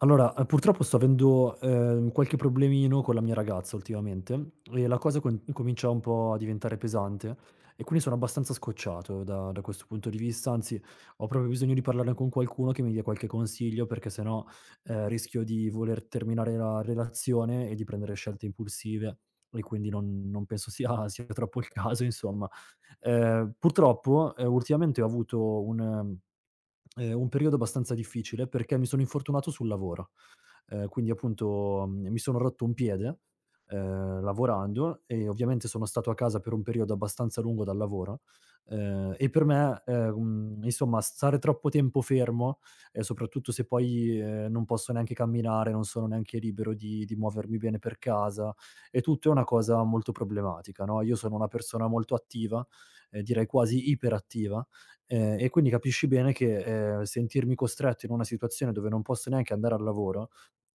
Allora, purtroppo sto avendo, qualche problemino con la mia ragazza ultimamente e la cosa con comincia un po' a diventare pesante, e quindi sono abbastanza scocciato da questo punto di vista. Anzi, ho proprio bisogno di parlarne con qualcuno che mi dia qualche consiglio, perché se no, rischio di voler terminare la relazione e di prendere scelte impulsive, e quindi non penso sia sia troppo il caso, insomma. Purtroppo, ultimamente ho avuto un periodo abbastanza difficile, perché mi sono infortunato sul lavoro. Quindi appunto, mi sono rotto un piede, lavorando, e ovviamente sono stato a casa per un periodo abbastanza lungo dal lavoro, e per me, insomma, stare troppo tempo fermo, e soprattutto se poi, non posso neanche camminare, non sono neanche libero di muovermi bene per casa, e tutto, è una cosa molto problematica, no? Io sono una persona molto attiva, direi quasi iperattiva. E quindi capisci bene che, sentirmi costretto in una situazione dove non posso neanche andare al lavoro,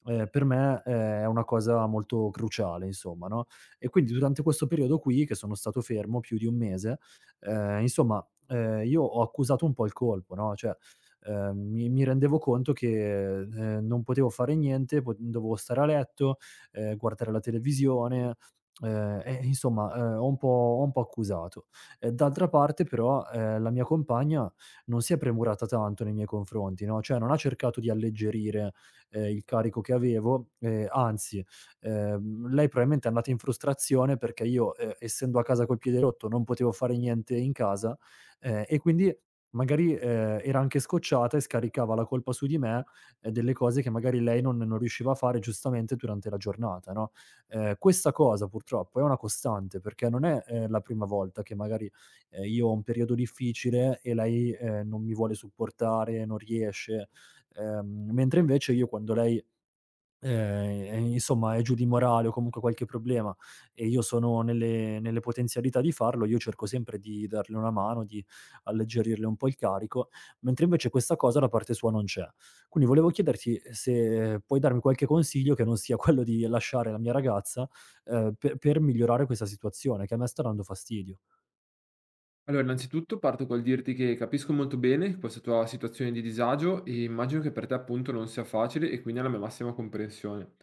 per me, è una cosa molto cruciale, insomma, no? E quindi durante questo periodo qui, che sono stato fermo più di un mese, insomma, io ho accusato un po' il colpo, no? Cioè, mi rendevo conto che, non potevo fare niente, po dovevo stare a letto, guardare la televisione, e insomma, ho un po' accusato. D'altra parte però, la mia compagna non si è premurata tanto nei miei confronti, no? Cioè, non ha cercato di alleggerire, il carico che avevo, anzi, lei probabilmente è andata in frustrazione perché io, essendo a casa col piede rotto, non potevo fare niente in casa, e quindi magari, era anche scocciata e scaricava la colpa su di me, delle cose che magari lei non riusciva a fare, giustamente, durante la giornata, no. Questa cosa purtroppo è una costante, perché non è, la prima volta che magari, io ho un periodo difficile e lei, non mi vuole supportare, non riesce, mentre invece io quando lei, insomma, è giù di morale o comunque qualche problema, e io sono nelle potenzialità di farlo, io cerco sempre di darle una mano, di alleggerirle un po' il carico, mentre invece questa cosa da parte sua non c'è. Quindi volevo chiederti, se puoi darmi qualche consiglio che non sia quello di lasciare la mia ragazza, pe per migliorare questa situazione che a me sta dando fastidio. Allora, innanzitutto parto col dirti che capisco molto bene questa tua situazione di disagio e immagino che per te appunto non sia facile e quindi alla mia massima comprensione.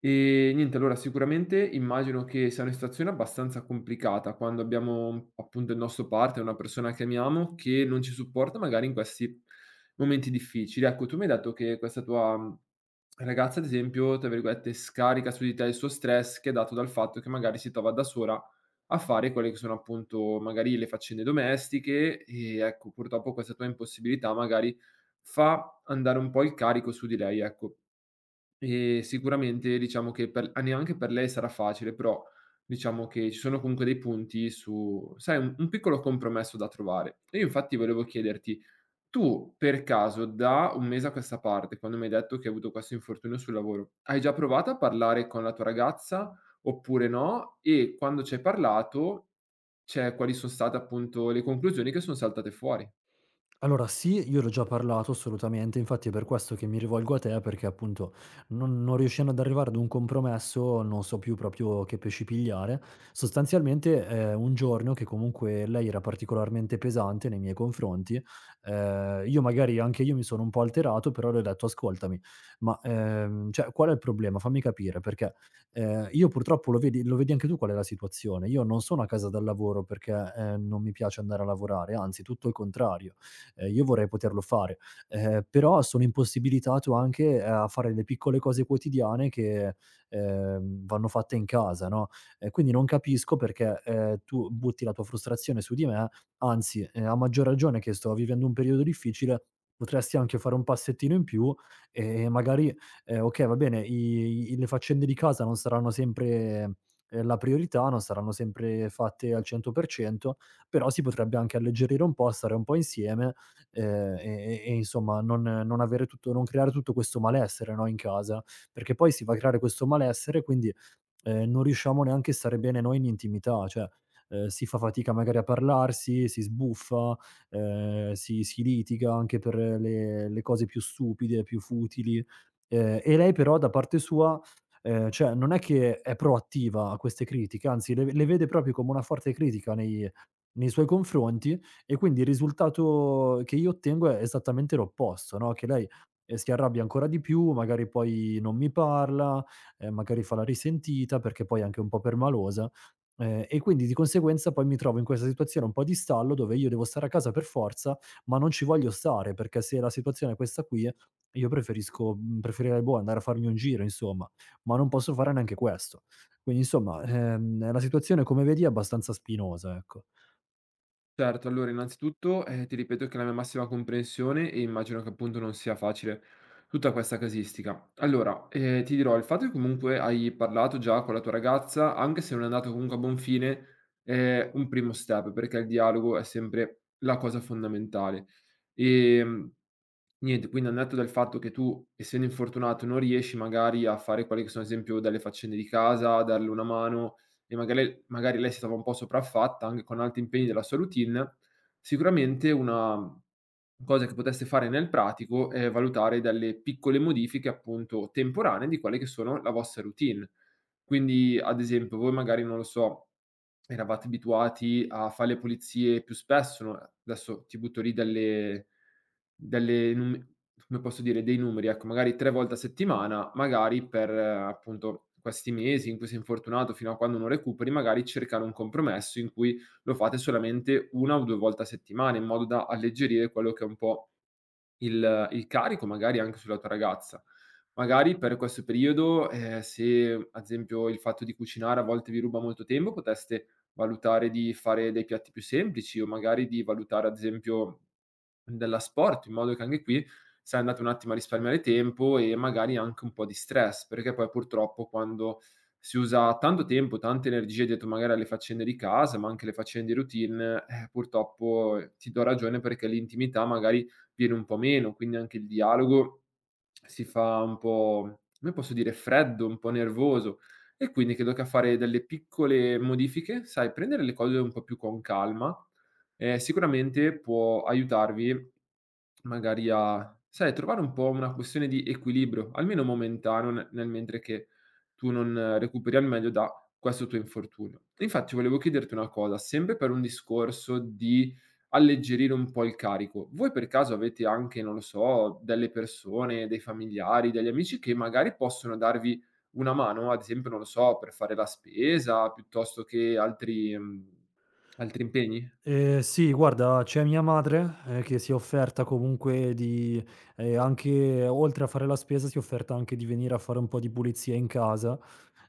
E niente, allora sicuramente immagino che sia una situazione abbastanza complicata quando abbiamo appunto il nostro partner, una persona che amiamo, che non ci supporta magari in questi momenti difficili. Ecco, tu mi hai detto che questa tua ragazza, ad esempio, tra virgolette, scarica su di te il suo stress che è dato dal fatto che magari si trova da sola a fare quelle che sono appunto magari le faccende domestiche e ecco, purtroppo questa tua impossibilità magari fa andare un po' il carico su di lei, ecco. E sicuramente diciamo che per a neanche per lei sarà facile, però diciamo che ci sono comunque dei punti su sai un piccolo compromesso da trovare. E io infatti volevo chiederti: tu per caso da un mese a questa parte, quando mi hai detto che hai avuto questo infortunio sul lavoro, hai già provato a parlare con la tua ragazza oppure no? E quando ci hai parlato, cioè, quali son state appunto le conclusioni che son saltate fuori. Allora sì, io l'ho già parlato, assolutamente, infatti è per questo che mi rivolgo a te, perché appunto, non riuscendo ad arrivare ad un compromesso, non so più proprio che pesci pigliare. Sostanzialmente, un giorno che comunque lei era particolarmente pesante nei miei confronti, io magari, anche io mi sono un po' alterato, però le ho detto: "Ascoltami, ma, cioè, qual è il problema? Fammi capire, perché, io purtroppo lo vedi anche tu qual è la situazione, io non sono a casa dal lavoro perché, non mi piace andare a lavorare, anzi tutto il contrario. Io vorrei poterlo fare, però sono impossibilitato anche, a fare le piccole cose quotidiane che, vanno fatte in casa, no, e quindi non capisco perché, tu butti la tua frustrazione su di me, anzi, a maggior ragione che sto vivendo un periodo difficile, potresti anche fare un passettino in più, e magari, okay, va bene, i i le faccende di casa non saranno sempre, ehm, la priorità, non saranno sempre fatte al 100%, però si potrebbe anche alleggerire un po', stare un po' insieme, e insomma non creare tutto questo malessere, no, in casa, perché poi si va a creare questo malessere, quindi, non riusciamo neanche a stare bene noi in intimità, cioè, si fa fatica magari a parlarsi, si sbuffa, si litiga anche per le cose più stupide, più futili, e lei però da parte sua, cioè, non è che è proattiva a queste critiche, anzi le vede proprio come una forte critica nei suoi confronti, e quindi il risultato che io ottengo è esattamente l'opposto, no, che lei, si arrabbia ancora di più, magari poi non mi parla, magari fa la risentita perché poi è anche un po' permalosa, e quindi di conseguenza poi mi trovo in questa situazione un po' di stallo dove io devo stare a casa per forza, ma non ci voglio stare perché se la situazione è questa qui, io preferirei, boh, andare a farmi un giro, insomma, ma non posso fare neanche questo. Quindi insomma, la situazione, come vedi, è abbastanza spinosa, ecco. Certo, allora innanzitutto, ti ripeto che la mia massima comprensione e immagino che appunto non sia facile tutta questa casistica. Allora, ti dirò, il fatto che comunque hai parlato già con la tua ragazza, anche se non è andato comunque a buon fine, è un primo step, perché il dialogo è sempre la cosa fondamentale. Ehm Niente, quindi al netto del fatto che tu, essendo infortunato, non riesci magari a fare quelle che sono, ad esempio, delle faccende di casa, a darle una mano e magari lei si trova un po' sopraffatta anche con altri impegni della sua routine, sicuramente una cosa che potreste fare nel pratico è valutare delle piccole modifiche, appunto, temporanee di quelle che sono la vostra routine. Quindi, ad esempio, voi magari, non lo so, eravate abituati a fare le pulizie più spesso, no, adesso ti butto lì delle delle num come posso dire, dei numeri, ecco, magari 3 volte a settimana, magari per appunto questi mesi in cui sei infortunato, fino a quando non recuperi, magari cercare un compromesso in cui lo fate solamente 1 o 2 volte a settimana, in modo da alleggerire quello che è un po' il carico, magari anche sulla tua ragazza. Magari per questo periodo, se ad esempio il fatto di cucinare a volte vi ruba molto tempo, potreste valutare di fare dei piatti più semplici o magari di valutare ad esempio dell'asporto, in modo che anche qui sei andato un attimo a risparmiare tempo e magari anche un po' di stress, perché poi purtroppo quando si usa tanto tempo, tante energie dietro magari alle faccende di casa, ma anche le faccende di routine, purtroppo ti do ragione perché l'intimità magari viene un po' meno, quindi anche il dialogo si fa un po', come posso dire, freddo, un po' nervoso. E quindi credo che a fare delle piccole modifiche, sai, prendere le cose un po' più con calma, sicuramente può aiutarvi. Magari a sai, trovare un po' una questione di equilibrio, almeno momentaneo, ne nel mentre che tu non recuperi al meglio da questo tuo infortunio. E infatti volevo chiederti una cosa, sempre per un discorso di alleggerire un po' il carico, voi per caso avete anche, non lo so, delle persone, dei familiari, degli amici che magari possono darvi una mano, ad esempio, non lo so, per fare la spesa piuttosto che altri altri impegni? Sì, guarda, c'è mia madre, che si è offerta comunque di, anche oltre a fare la spesa, si è offerta anche di venire a fare un po' di pulizia in casa,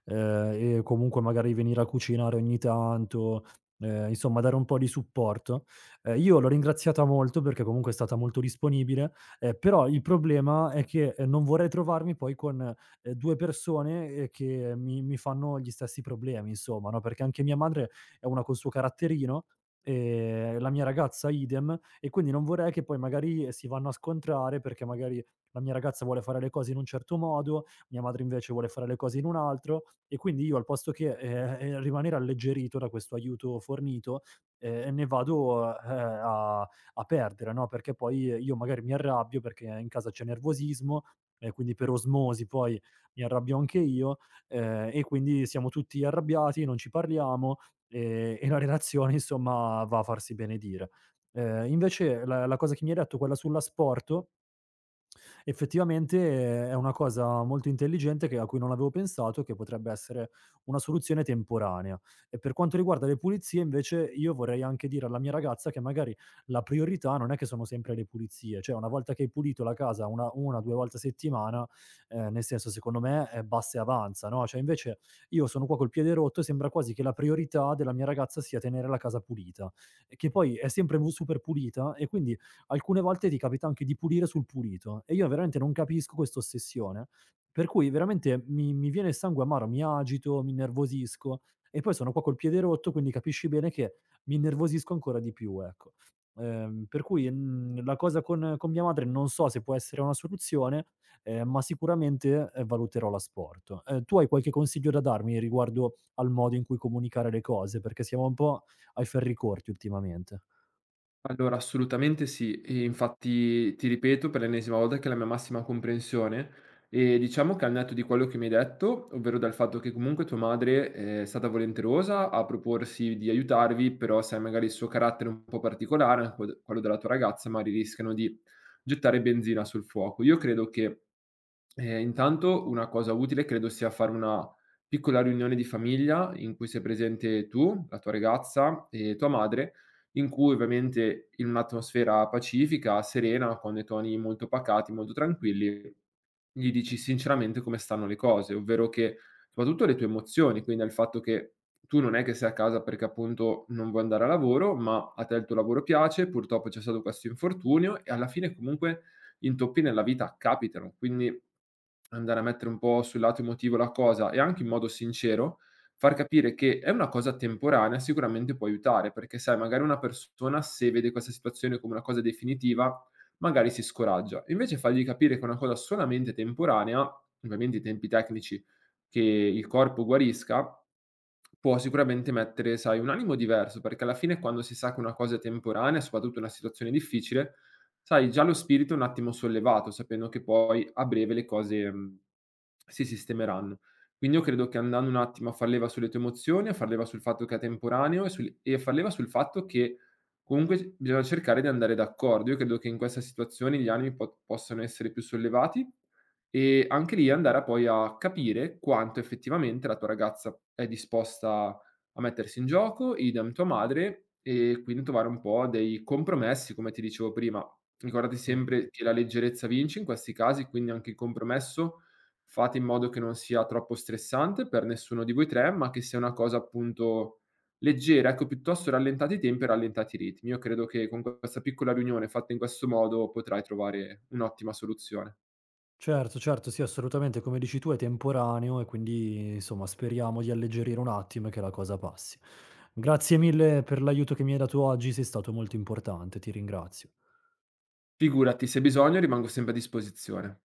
ehm, e comunque magari venire a cucinare ogni tanto, insomma, dare un po' di supporto. Io l'ho ringraziata molto, perché comunque è stata molto disponibile, però il problema è che, non vorrei trovarmi poi con, 2 persone, che mi fanno gli stessi problemi, insomma, no, perché anche mia madre è una col suo caratterino, la mia ragazza idem, e quindi non vorrei che poi magari si vanno a scontrare, perché magari la mia ragazza vuole fare le cose in un certo modo, mia madre invece vuole fare le cose in un altro, e quindi io, al posto che, rimanere alleggerito da questo aiuto fornito, ne vado, a a perdere, no, perché poi, io magari mi arrabbio perché in casa c'è nervosismo, e quindi per osmosi poi mi arrabbio anche io, e quindi siamo tutti arrabbiati, non ci parliamo. E la relazione, insomma, va a farsi benedire. Invece la cosa che mi hai detto, quella sull'asporto, effettivamente, è una cosa molto intelligente che a cui non avevo pensato, che potrebbe essere una soluzione temporanea. E per quanto riguarda le pulizie, invece, io vorrei anche dire alla mia ragazza che magari la priorità non è che sono sempre le pulizie, cioè, una volta che hai pulito la casa una 1, 2 volte a settimana, nel senso, secondo me, basta e avanza, no? Cioè invece io sono qua col piede rotto e sembra quasi che la priorità della mia ragazza sia tenere la casa pulita, e che poi è sempre mu super pulita, e quindi alcune volte ti capita anche di pulire sul pulito, e io veramente non capisco questa ossessione, per cui veramente mi viene il sangue amaro, mi agito, mi innervosisco, e poi sono qua col piede rotto, quindi capisci bene che mi innervosisco ancora di più, ecco. Per cui, la cosa con mia madre non so se può essere una soluzione, ma sicuramente, valuterò l'asporto. Tu hai qualche consiglio da darmi riguardo al modo in cui comunicare le cose? Perché siamo un po' ai ferri corti ultimamente. Allora, assolutamente sì. E infatti ti ripeto per l'ennesima volta che è la mia massima comprensione e diciamo che al netto di quello che mi hai detto, ovvero dal fatto che comunque tua madre è stata volenterosa a proporsi di aiutarvi, però sai magari il suo carattere un po' particolare, anche quello della tua ragazza, magari rischiano di gettare benzina sul fuoco. Io credo che intanto una cosa utile credo sia fare una piccola riunione di famiglia in cui sei presente tu, la tua ragazza e tua madre, in cui ovviamente in un'atmosfera pacifica, serena, con dei toni molto pacati, molto tranquilli, gli dici sinceramente come stanno le cose, ovvero che soprattutto le tue emozioni, quindi al fatto che tu non è che sei a casa perché appunto non vuoi andare a lavoro, ma a te il tuo lavoro piace, purtroppo c'è stato questo infortunio e alla fine comunque intoppi nella vita capitano, quindi andare a mettere un po' sul lato emotivo la cosa e anche in modo sincero far capire che è una cosa temporanea sicuramente può aiutare, perché sai magari una persona se vede questa situazione come una cosa definitiva, magari si scoraggia. Invece fargli capire che è una cosa solamente temporanea, ovviamente i tempi tecnici che il corpo guarisca, può sicuramente mettere, sai, un animo diverso, perché alla fine quando si sa che una cosa è temporanea, soprattutto in una situazione difficile, sai, già lo spirito è un attimo sollevato, sapendo che poi a breve le cose, si sistemeranno. Quindi io credo che andando un attimo a far leva sulle tue emozioni, a far leva sul fatto che è temporaneo e sul e a far leva sul fatto che comunque c bisogna cercare di andare d'accordo. Io credo che in questa situazione gli animi po possano essere più sollevati e anche lì andare a poi a capire quanto effettivamente la tua ragazza è disposta a mettersi in gioco, idem tua madre, e quindi trovare un po' dei compromessi, come ti dicevo prima. Ricordati sempre che la leggerezza vince in questi casi, quindi anche il compromesso fate in modo che non sia troppo stressante per nessuno di voi 3, ma che sia una cosa appunto leggera, ecco piuttosto rallentate i tempi e rallentate i ritmi. Io credo che con questa piccola riunione fatta in questo modo potrai trovare un'ottima soluzione. Certo, certo, sì, assolutamente, come dici tu è temporaneo, e quindi insomma speriamo di alleggerire un attimo e che la cosa passi. Grazie mille per l'aiuto che mi hai dato oggi, sei stato molto importante, ti ringrazio. Figurati, se hai bisogno rimango sempre a disposizione.